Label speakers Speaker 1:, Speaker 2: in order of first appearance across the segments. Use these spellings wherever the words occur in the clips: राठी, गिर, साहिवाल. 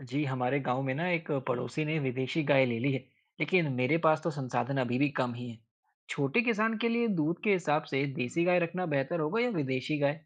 Speaker 1: जी, हमारे गाँव में ना एक पड़ोसी ने विदेशी गाय ले ली है, लेकिन मेरे पास तो संसाधन अभी भी कम ही है। छोटे किसान के लिए दूध के हिसाब से देसी गाय रखना बेहतर होगा या विदेशी गाय?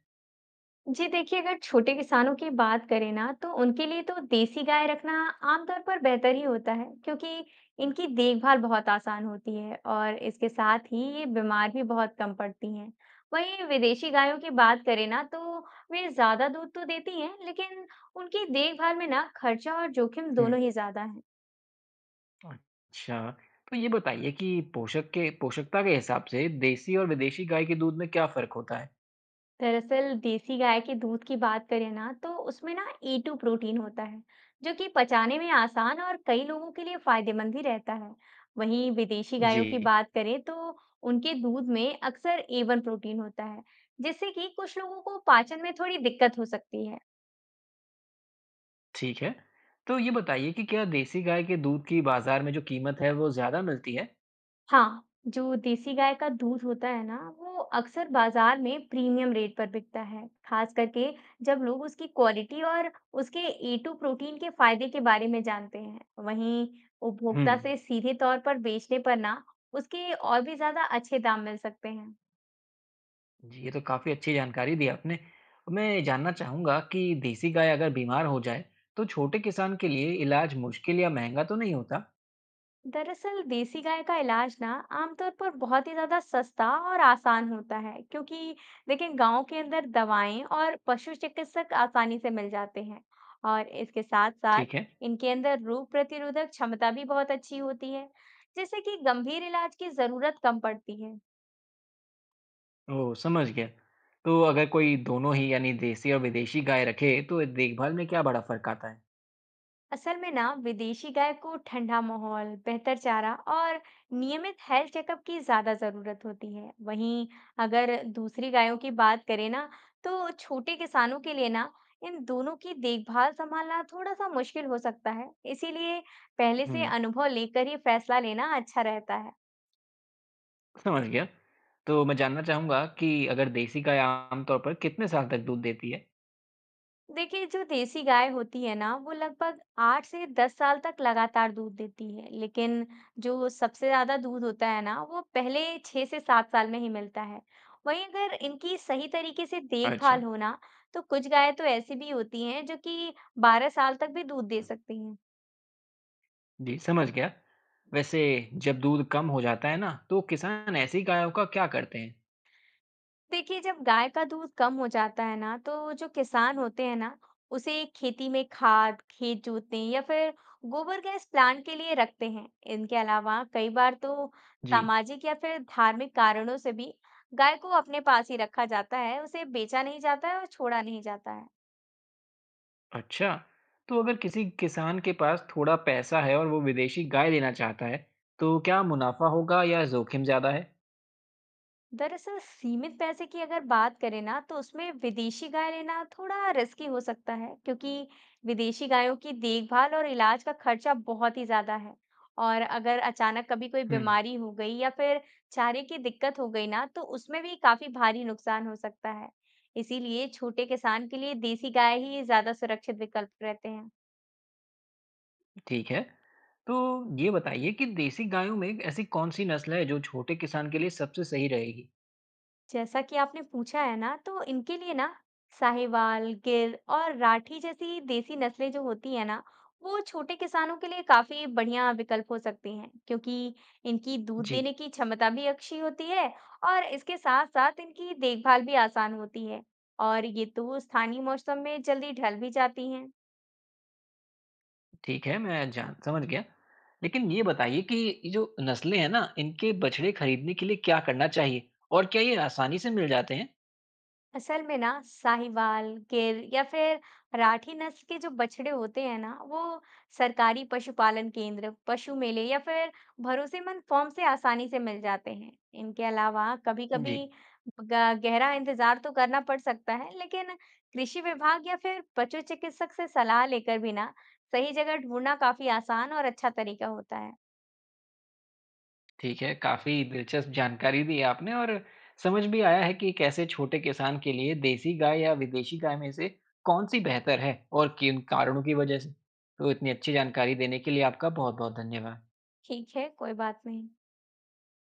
Speaker 2: जी देखिए, अगर छोटे किसानों की बात करें ना तो उनके लिए तो देसी गाय रखना आमतौर पर बेहतर ही होता है, क्योंकि इनकी देखभाल बहुत आसान होती है और इसके साथ ही ये बीमार भी बहुत कम पड़ती हैं। वहीं विदेशी गायों की बात करें ना, तो वे ज्यादा दूध तो देती हैं, लेकिन उनकी देखभाल में ना खर्चा और जोखिम
Speaker 1: हम्म,
Speaker 2: दोनों ही ज्यादा है।
Speaker 1: अच्छा। तो ये बताइए कि पोषक के पोषकता के हिसाब से देसी और विदेशी गाय के दूध में क्या फ़र्क होता है?
Speaker 2: दरअसल देसी गाय के दूध की बात करें ना, तो उसमें ना A2 प्रोटीन होता है, जो कि पचाने में आसान और कई लोगों के लिए फायदेमंद ही रहता है। वहीं विदेशी
Speaker 1: जी,
Speaker 2: गायों की बात करें तो उनके दूध में अक्सर A1 प्रोटीन होता है, जिससे कि कुछ लोगों को पाचन में थोड़ी दिक्कत हो सकती है।
Speaker 1: ठीक है। तो ये बताइए कि क्या देसी गाय के दूध की बाज़ार में जो कीमत है, वो ज़्यादा मिलती है?
Speaker 2: हाँ, जो देसी गाय का दूध होता है ना, वो अक्सर बाजार में प्रीमियम रेट पर बिकता है, खास करके जब लोग उसकी क्वालिटी और उसके ए2 प्रोटीन के फायदे के बारे में जानते हैं। वहीं उपभोक्ता
Speaker 1: हम्म।
Speaker 2: से सीधे तौर पर बेचने पर ना, उसके और भी ज्यादा अच्छे दाम मिल सकते हैं।
Speaker 1: जी, ये तो काफ़ी अच्छी जानकारी दी आपने। मैं ये जानना चाहूँगा कि देसी गाय अगर बीमार हो जाए, तो छोटे किसान के लिए इलाज मुश्किल या महँगा तो नहीं होता?
Speaker 2: दरअसल देसी गाय का इलाज ना आमतौर पर बहुत ही ज्यादा सस्ता और आसान होता है, क्योंकि देखिए, गांव के अंदर दवाएं और पशु चिकित्सक आसानी से मिल जाते हैं, और इसके साथ साथ
Speaker 1: ठीक है,
Speaker 2: इनके अंदर रोग प्रतिरोधक क्षमता भी बहुत अच्छी होती है, जिससे कि गंभीर इलाज की जरूरत कम पड़ती है।
Speaker 1: ओह! समझ गया। तो अगर कोई दोनों ही यानी देसी और विदेशी गाय रखे, तो देखभाल में क्या बड़ा फ़र्क आता है?
Speaker 2: असल में ना विदेशी गाय को ठंडा माहौल, बेहतर चारा और नियमित हेल्थ चेकअप की ज्यादा जरूरत होती है। वहीं अगर दूसरी गायों की बात करें ना, तो छोटे किसानों के लिए ना इन दोनों की देखभाल संभालना थोड़ा सा मुश्किल हो सकता है। इसीलिए पहले से
Speaker 1: हुँ,
Speaker 2: अनुभव लेकर ही फैसला लेना अच्छा रहता है।
Speaker 1: समझ गया। तो मैं जानना चाहूँगा कि अगर देसी गाय आम तौर पर कितने साल तक दूध देती है?
Speaker 2: देखिए, जो देसी गाय होती है ना वो लगभग 8 से 10 साल तक लगातार दूध देती है, लेकिन जो सबसे ज्यादा दूध होता है ना, वो पहले 6 से 7 साल में ही मिलता है। वहीं अगर इनकी सही तरीके से
Speaker 1: अच्छा,
Speaker 2: देखभाल हो ना, तो कुछ गाय तो ऐसी भी होती हैं जो कि 12 साल तक भी दूध दे सकती हैं।
Speaker 1: जी, समझ गया। वैसे जब दूध कम हो जाता है ना, तो किसान ऐसी गायों का क्या करते हैं?
Speaker 2: देखिए, जब गाय का दूध कम हो जाता है ना, तो जो किसान होते हैं ना उसे खेती में खाद, खेत जोतने या फिर गोबर गैस प्लांट के लिए रखते हैं। इनके अलावा कई बार तो
Speaker 1: जी।
Speaker 2: सामाजिक या फिर धार्मिक कारणों से भी गाय को अपने पास ही रखा जाता है, उसे बेचा नहीं जाता है और छोड़ा नहीं जाता है।
Speaker 1: अच्छा, तो अगर किसी किसान के पास थोड़ा पैसा है और वो विदेशी गाय लेना चाहता है, तो क्या मुनाफा होगा या जोखिम ज़्यादा है?
Speaker 2: दरअसल सीमित पैसे की अगर बात करें ना, तो उसमें विदेशी गाय लेना थोड़ा रिस्की हो सकता है, क्योंकि विदेशी गायों की देखभाल और इलाज का खर्चा बहुत ही ज्यादा है, और अगर अचानक कभी कोई
Speaker 1: हुँ,
Speaker 2: बीमारी हो गई या फिर चारे की दिक्कत हो गई ना, तो उसमें भी काफी भारी नुकसान हो सकता है। इसीलिए छोटे किसान के लिए देसी गाय ही ज्यादा सुरक्षित विकल्प रहते हैं।
Speaker 1: ठीक है। तो ये बताइए कि देसी गायों में ऐसी कौन-सी नस्ल है जो छोटे किसान के लिए सबसे सही रहेगी?
Speaker 2: जैसा कि आपने पूछा है ना, तो इनके लिए ना साहिवाल, गिर और राठी जैसी देसी नस्लें, जो होती है ना, वो छोटे किसानों के लिए काफी बढ़िया विकल्प हो सकती हैं, क्योंकि इनकी दूध
Speaker 1: जी,
Speaker 2: देने की क्षमता भी अच्छी होती है, और इसके साथ साथ इनकी देखभाल भी आसान होती है, और ये तो स्थानीय मौसम में जल्दी ढल भी जाती हैं।
Speaker 1: ठीक है, मैं जान समझ गया। लेकिन ये बताइए कि ये जो नस्लें हैं ना, इनके बछड़े खरीदने के लिए क्या करना चाहिए और क्या ये आसानी से मिल जाते हैं?
Speaker 2: असल में ना साहिवाल, गिर या फिर राठी नस्ल के जो बछड़े होते हैं ना, वो सरकारी पशुपालन केंद्र, पशु मेले या फिर भरोसेमंद फॉर्म से आसानी से मिल जाते हैं। इनके अलावा कभी-कभी
Speaker 1: जी।
Speaker 2: गहरा इंतजार तो करना पड़ सकता है, लेकिन कृषि विभाग या फिर पशु चिकित्सक से सलाह लेकर भी ना सही जगह ढूंढना काफी आसान और अच्छा तरीका होता है।
Speaker 1: ठीक है, काफ़ी दिलचस्प जानकारी दी आपने और समझ भी आया है कि कैसे छोटे किसान के लिए देसी गाय या विदेशी गाय में से कौन-सी बेहतर है और किन कारणों की वजह से। तो इतनी अच्छी जानकारी देने के लिए आपका बहुत-बहुत धन्यवाद।
Speaker 2: ठीक है, कोई बात नहीं।